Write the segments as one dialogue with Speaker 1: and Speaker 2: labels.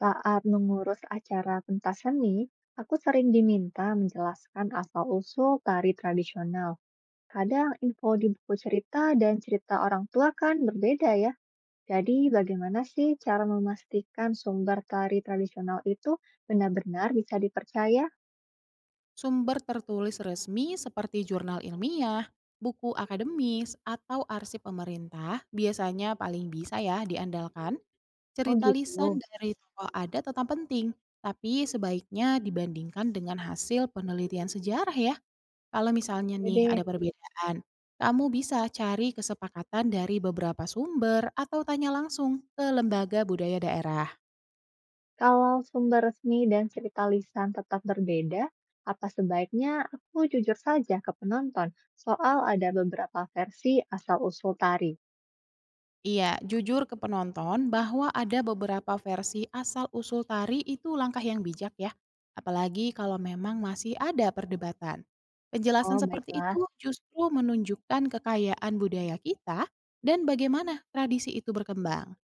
Speaker 1: Saat mengurus acara pentas seni, aku sering diminta menjelaskan asal-usul tari tradisional. Kadang info di buku cerita dan cerita orang tua kan berbeda ya. Jadi bagaimana sih cara memastikan sumber tari tradisional itu benar-benar bisa dipercaya?
Speaker 2: Sumber tertulis resmi seperti jurnal ilmiah, buku akademis, atau arsip pemerintah biasanya paling bisa ya diandalkan.
Speaker 1: Oh
Speaker 2: Cerita lisan
Speaker 1: gitu.
Speaker 2: dari tokoh adat tetap penting, tapi sebaiknya dibandingkan dengan hasil penelitian sejarah ya. Kalau misalnya
Speaker 1: Oke
Speaker 2: nih
Speaker 1: deh.
Speaker 2: ada perbedaan, kamu bisa cari kesepakatan dari beberapa sumber atau tanya langsung ke lembaga budaya daerah.
Speaker 1: Kalau sumber resmi dan cerita lisan tetap berbeda, apa sebaiknya aku jujur saja ke penonton soal ada beberapa versi asal-usul tari?
Speaker 2: Iya, jujur ke penonton bahwa ada beberapa versi asal-usul tari itu langkah yang bijak ya. Apalagi kalau memang masih ada perdebatan. Penjelasan
Speaker 1: Oh,
Speaker 2: seperti
Speaker 1: baiklah.
Speaker 2: itu justru menunjukkan kekayaan budaya kita dan bagaimana tradisi itu berkembang.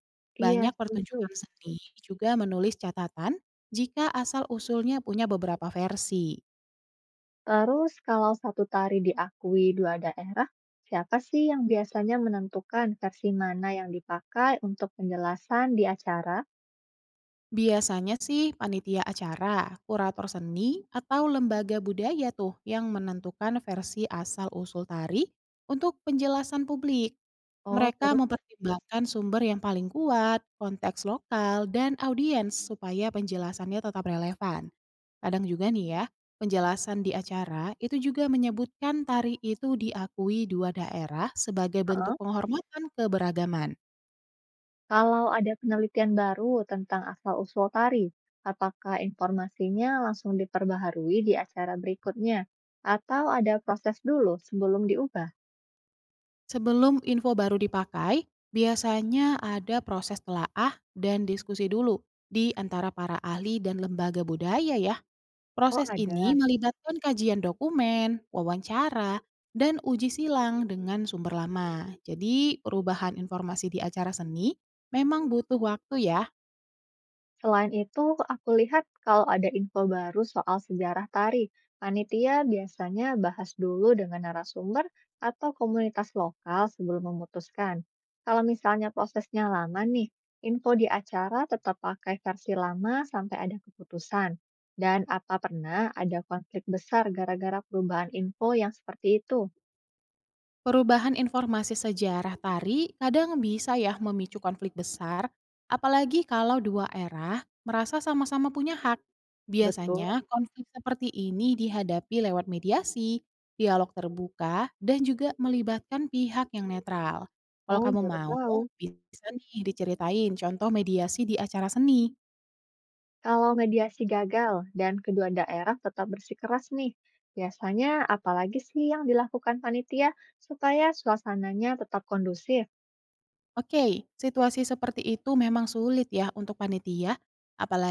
Speaker 1: Iya,
Speaker 2: Banyak
Speaker 1: setuju.
Speaker 2: pertunjukan seni juga menulis catatan jika asal-usulnya punya beberapa versi.
Speaker 1: Terus kalau satu tari diakui dua daerah, siapa sih yang biasanya menentukan versi mana yang dipakai untuk penjelasan di acara?
Speaker 2: Biasanya sih panitia acara, kurator seni, atau lembaga budaya tuh yang menentukan versi asal-usul tari untuk penjelasan publik.
Speaker 1: Oh,
Speaker 2: Mereka
Speaker 1: terus
Speaker 2: mempertimbangkan sumber yang paling kuat, konteks lokal, dan audiens supaya penjelasannya tetap relevan. Kadang juga nih ya, penjelasan di acara itu juga menyebutkan tari itu diakui dua daerah sebagai bentuk
Speaker 1: heeh.
Speaker 2: penghormatan keberagaman.
Speaker 1: Kalau ada penelitian baru tentang asal-usul tari, apakah informasinya langsung diperbaharui di acara berikutnya? Atau ada proses dulu sebelum diubah?
Speaker 2: Sebelum info baru dipakai, biasanya ada proses telaah dan diskusi dulu di antara para ahli dan lembaga budaya ya.
Speaker 1: Oh,
Speaker 2: Proses ini
Speaker 1: ada.
Speaker 2: melibatkan kajian dokumen, wawancara, dan uji silang dengan sumber lama. Jadi, perubahan informasi di acara seni memang butuh waktu ya.
Speaker 1: Selain itu, aku lihat kalau ada info baru soal sejarah tari, panitia biasanya bahas dulu dengan narasumber atau komunitas lokal sebelum memutuskan. Kalau misalnya prosesnya lama nih, info di acara tetap pakai versi lama sampai ada keputusan. Dan apa pernah ada konflik besar gara-gara perubahan info yang seperti itu?
Speaker 2: Perubahan informasi sejarah tari kadang bisa ya memicu konflik besar, apalagi kalau dua era merasa sama-sama punya hak.
Speaker 1: Betul.
Speaker 2: Biasanya konflik seperti ini dihadapi lewat mediasi, dialog terbuka, dan juga melibatkan pihak yang netral. Kalau
Speaker 1: Oh,
Speaker 2: kamu
Speaker 1: baru
Speaker 2: mau,
Speaker 1: tahu.
Speaker 2: bisa nih diceritain contoh mediasi di acara seni.
Speaker 1: Kalau mediasi gagal dan kedua daerah tetap bersikeras nih, biasanya apalagi sih yang dilakukan panitia supaya suasananya tetap kondusif?
Speaker 2: Oke, situasi seperti itu memang sulit ya untuk panitia,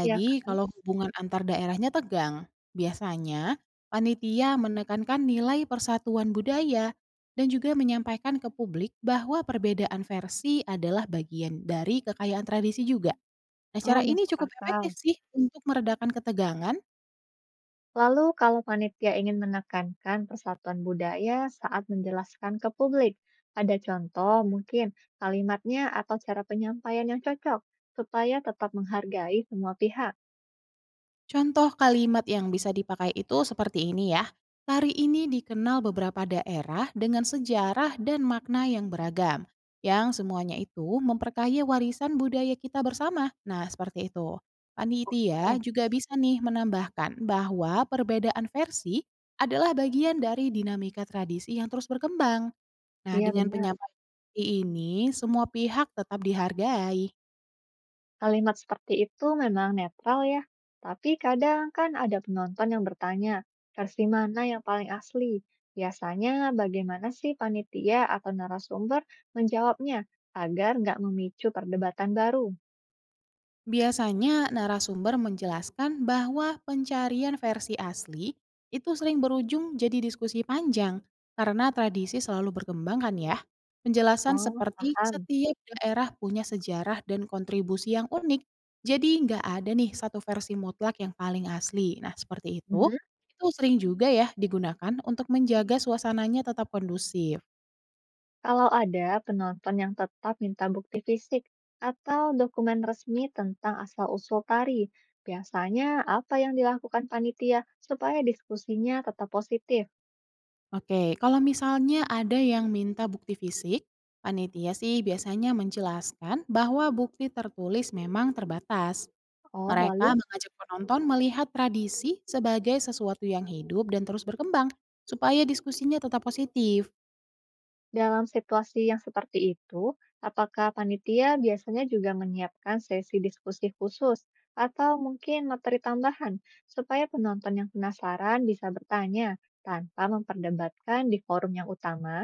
Speaker 1: Iya kan?
Speaker 2: kalau hubungan antar daerahnya tegang. Biasanya, panitia menekankan nilai persatuan budaya dan juga menyampaikan ke publik bahwa perbedaan versi adalah bagian dari kekayaan tradisi juga. Nah,
Speaker 1: Oh,
Speaker 2: cara ini
Speaker 1: masuk
Speaker 2: cukup
Speaker 1: akal.
Speaker 2: efektif sih untuk meredakan ketegangan.
Speaker 1: Lalu kalau panitia ingin menekankan persatuan budaya saat menjelaskan ke publik, ada contoh mungkin kalimatnya atau cara penyampaian yang cocok supaya tetap menghargai semua pihak.
Speaker 2: Contoh kalimat yang bisa dipakai itu seperti ini ya. Tari ini dikenal beberapa daerah dengan sejarah dan makna yang beragam, yang semuanya itu memperkaya warisan budaya kita bersama. Nah, seperti itu. Panitia
Speaker 1: Oke,
Speaker 2: juga bisa nih menambahkan bahwa perbedaan versi adalah bagian dari dinamika tradisi yang terus berkembang. Nah,
Speaker 1: iya
Speaker 2: dengan
Speaker 1: benar.
Speaker 2: penyampaian ini, semua pihak tetap dihargai.
Speaker 1: Kalimat seperti itu memang netral ya, tapi kadang kan ada penonton yang bertanya, versi mana yang paling asli? Biasanya bagaimana sih panitia atau narasumber menjawabnya agar nggak memicu perdebatan baru?
Speaker 2: Biasanya narasumber menjelaskan bahwa pencarian versi asli itu sering berujung jadi diskusi panjang karena tradisi selalu berkembang kan ya. Penjelasan
Speaker 1: Oh,
Speaker 2: seperti
Speaker 1: paham.
Speaker 2: setiap daerah punya sejarah dan kontribusi yang unik. Jadi nggak ada nih satu versi mutlak yang paling asli. Nah seperti
Speaker 1: Mhm.
Speaker 2: itu sering juga ya digunakan untuk menjaga suasananya tetap kondusif.
Speaker 1: Kalau ada penonton yang tetap minta bukti fisik atau dokumen resmi tentang asal-usul tari, biasanya apa yang dilakukan panitia supaya diskusinya tetap positif?
Speaker 2: Oke, kalau misalnya ada yang minta bukti fisik, panitia sih biasanya menjelaskan bahwa bukti tertulis memang terbatas.
Speaker 1: Oh, lalu
Speaker 2: Mereka mengajak penonton melihat tradisi sebagai sesuatu yang hidup dan terus berkembang, supaya diskusinya tetap positif.
Speaker 1: Dalam situasi yang seperti itu, apakah panitia biasanya juga menyiapkan sesi diskusi khusus atau mungkin materi tambahan supaya penonton yang penasaran bisa bertanya tanpa memperdebatkan di forum yang utama?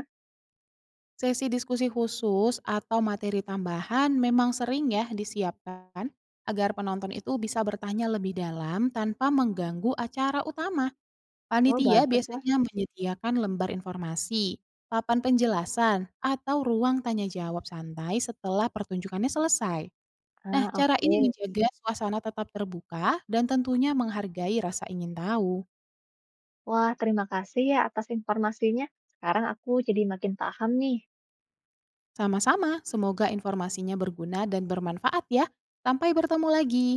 Speaker 2: Sesi diskusi khusus atau materi tambahan memang sering ya disiapkan agar penonton itu bisa bertanya lebih dalam tanpa mengganggu acara utama.
Speaker 1: Oh,
Speaker 2: Panitia
Speaker 1: baguslah.
Speaker 2: biasanya menyediakan lembar informasi, papan penjelasan, atau ruang tanya jawab santai setelah pertunjukannya selesai. Nah,
Speaker 1: Ah,
Speaker 2: cara
Speaker 1: oke.
Speaker 2: ini menjaga suasana tetap terbuka dan tentunya menghargai rasa ingin tahu.
Speaker 1: Wah, terima kasih ya atas informasinya. Sekarang aku jadi makin paham nih.
Speaker 2: Sama-sama, semoga informasinya berguna dan bermanfaat ya. Sampai bertemu lagi.